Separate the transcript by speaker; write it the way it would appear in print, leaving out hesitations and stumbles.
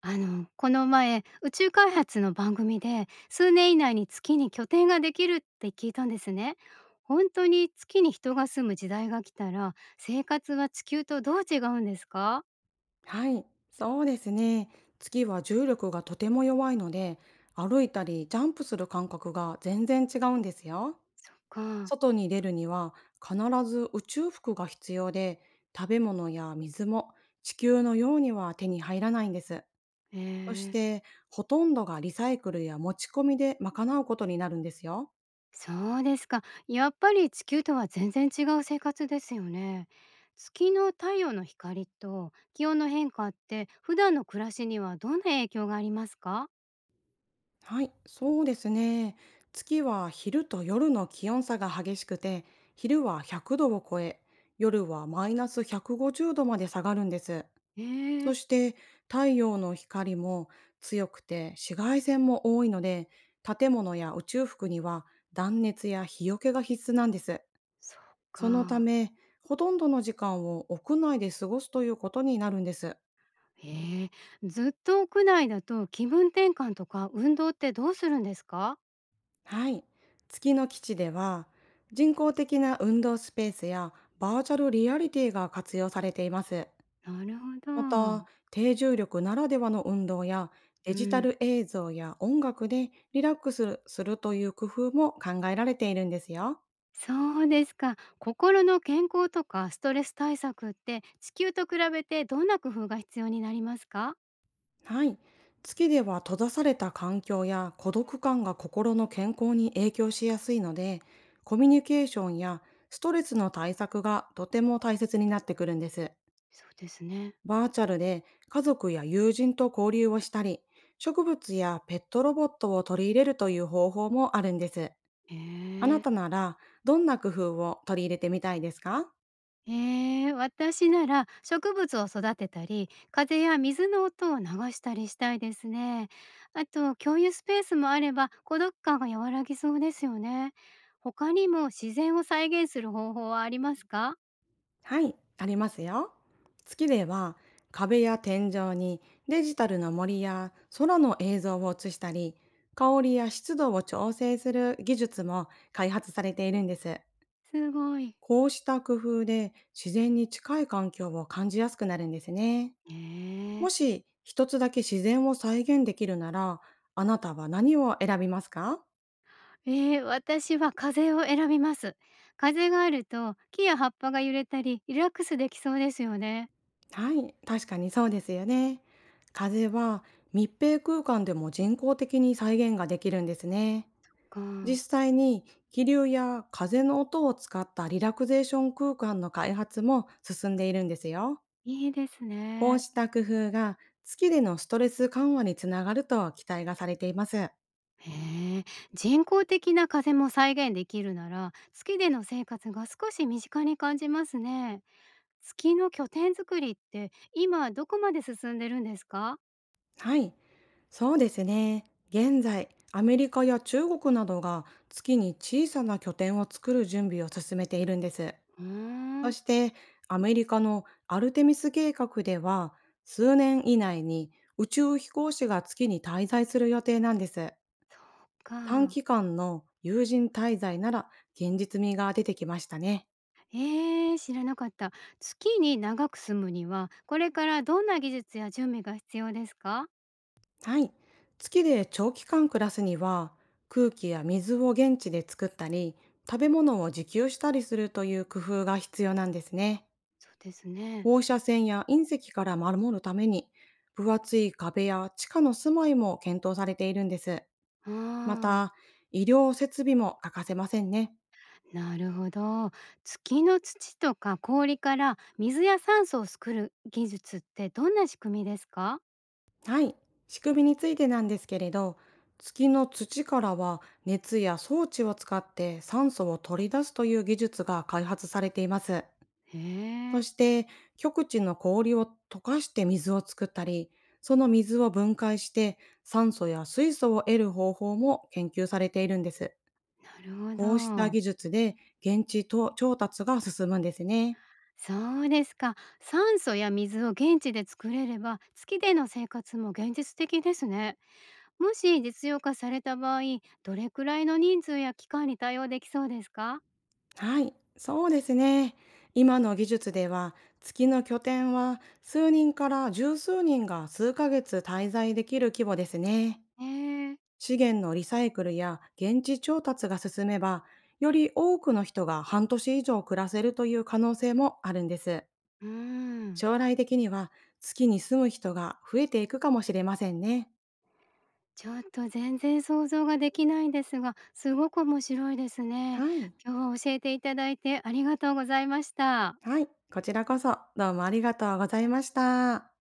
Speaker 1: この前、宇宙開発の番組で、数年以内に月に拠点ができるって聞いたんですね。本当に月に人が住む時代が来たら、生活は地球とどう違うんですか？
Speaker 2: はい、そうですね。月は重力がとても弱いので、歩いたりジャンプする感覚が全然違うんですよ。
Speaker 1: そっか。
Speaker 2: 外に出るには必ず宇宙服が必要で、食べ物や水も地球のようには手に入らないんです。
Speaker 1: え
Speaker 2: そし
Speaker 1: ー、
Speaker 2: て、ほとんどがリサイクルや持ち込みで賄うことになるんですよ。
Speaker 1: そうですか。やっぱり地球とは全然違う生活ですよね。月の太陽の光と気温の変化って普段の暮らしにはどんな影響がありますか？
Speaker 2: はい、そうですね。月は昼と夜の気温差が激しくて、昼は100度を超え、夜はマイナス150度まで下がるんです。
Speaker 1: え
Speaker 2: そ
Speaker 1: ー、
Speaker 2: して、太陽の光も強くて紫外線も多いので、建物や宇宙服には断熱や日よけが必須なんです。
Speaker 1: そっ
Speaker 2: そのた
Speaker 1: か。
Speaker 2: め、ほとんどの時間を屋内で過ごすということになるんです。
Speaker 1: へえ、ずっと屋内だと気分転換とか運動ってどうするんですか？
Speaker 2: はい。月の基地では人工的な運動スペースやバーチャルリアリティが活用されています。
Speaker 1: なるほ
Speaker 2: また、
Speaker 1: ど。
Speaker 2: 低重力ならではの運動や
Speaker 1: う
Speaker 2: デジタ
Speaker 1: ん、
Speaker 2: ル映像や音楽でリラックスするという工夫も考えられているんですよ。
Speaker 1: そうですか。心の健康とかストレス対策って地球と比べてどんな工夫が必要になりますか？
Speaker 2: はい。月では閉ざされた環境や孤独感が心の健康に影響しやすいので、コミュニケーションやストレスの対策がとても大切になってくるんです。
Speaker 1: そうですね。
Speaker 2: バーチャルで家族や友人と交流をしたり、植物やペットロボットを取り入れるという方法もあるんです。
Speaker 1: へ
Speaker 2: あな
Speaker 1: え。
Speaker 2: たならどんな工夫を取り入れてみたいですか？
Speaker 1: ええ、私なら植物を育てたり、風や水の音を流したりしたいですね。あと共有スペースもあれば孤独感が和らぎそうですよね。他にも自然を再現する方法はありますか？
Speaker 2: はい、ありますよ。月では壁や天井にデジタルの森や空の映像を映したり、香りや湿度を調整する技術も開発されているんです。
Speaker 1: すごい。
Speaker 2: こうした工夫で自然に近い環境を感じやすくなるんですね。
Speaker 1: え
Speaker 2: も
Speaker 1: え。
Speaker 2: し一つだけ自然を再現できるなら、あなたは何を選びますか？
Speaker 1: 私は風を選びます。風があると木や葉っぱが揺れたりリラックスできそうですよね。
Speaker 2: はい、確かにそうですよね。風は密閉空間でも人工的に再現ができるんですね。
Speaker 1: か、
Speaker 2: 実際に気流や風の音を使ったリラクゼーション空間の開発も進んでいるんですよ。
Speaker 1: いいです
Speaker 2: こう
Speaker 1: ね。
Speaker 2: した工夫が月でのストレス緩和につながると期待がされています。
Speaker 1: へえ、人工的な風も再現できるなら、月での生活が少し身近に感じますね。月の拠点作りって今どこまで進んでるんですか？
Speaker 2: はい。そうですね。現在、アメリカや中国などが月に小さな拠点を作る準備を進めているんです。
Speaker 1: うー
Speaker 2: そ
Speaker 1: ん、
Speaker 2: して、アメリカのアルテミス計画では、数年以内に宇宙飛行士が月に滞在する予定なんです。
Speaker 1: そう
Speaker 2: 短
Speaker 1: か。
Speaker 2: 期間の有人滞在なら現実味が出てきましたね。
Speaker 1: えー、知らなかった。月に長く住むには、これからどんな技術や準備が必要ですか？
Speaker 2: はい。月で長期間暮らすには、空気や水を現地で作ったり、食べ物を自給したりするという工夫が必要なんですね。
Speaker 1: そうですね。
Speaker 2: 放射線や隕石から守るために、分厚い壁や地下の住まいも検討されているんです。ま
Speaker 1: ああ、
Speaker 2: た、医療設備も欠かせませんね。
Speaker 1: なるほど。月の土とか氷から水や酸素を作る技術ってどんな仕組みですか？
Speaker 2: はい。仕組みについてなんですけれど、月の土からは熱や装置を使って酸素を取り出すという技術が開発されています。
Speaker 1: へ
Speaker 2: そ
Speaker 1: え、
Speaker 2: して、極地の氷を溶かして水を作ったり、その水を分解して酸素や水素を得る方法も研究されているんです。
Speaker 1: なるほ
Speaker 2: こうした
Speaker 1: ど。
Speaker 2: 技術で現地と調達が進むんですね。
Speaker 1: そうですか。酸素や水を現地で作れれば、月での生活も現実的ですね。もし実用化された場合、どれくらいの人数や期間に対応できそうですか？
Speaker 2: はい、そうですね。今の技術では月の拠点は数人から十数人が数ヶ月滞在できる規模ですね。
Speaker 1: へえ、
Speaker 2: 資源のリサイクルや現地調達が進めば、より多くの人が半年以上暮らせるという可能性もあるんです。
Speaker 1: うん。
Speaker 2: 将来的には月に住む人が増えていくかもしれませんね。
Speaker 1: ちょっと全然想像ができないんですが、すごく面白いですね。
Speaker 2: はい。
Speaker 1: 今日は教えていただいてありがとうございました。
Speaker 2: はい。こちらこそどうもありがとうございました。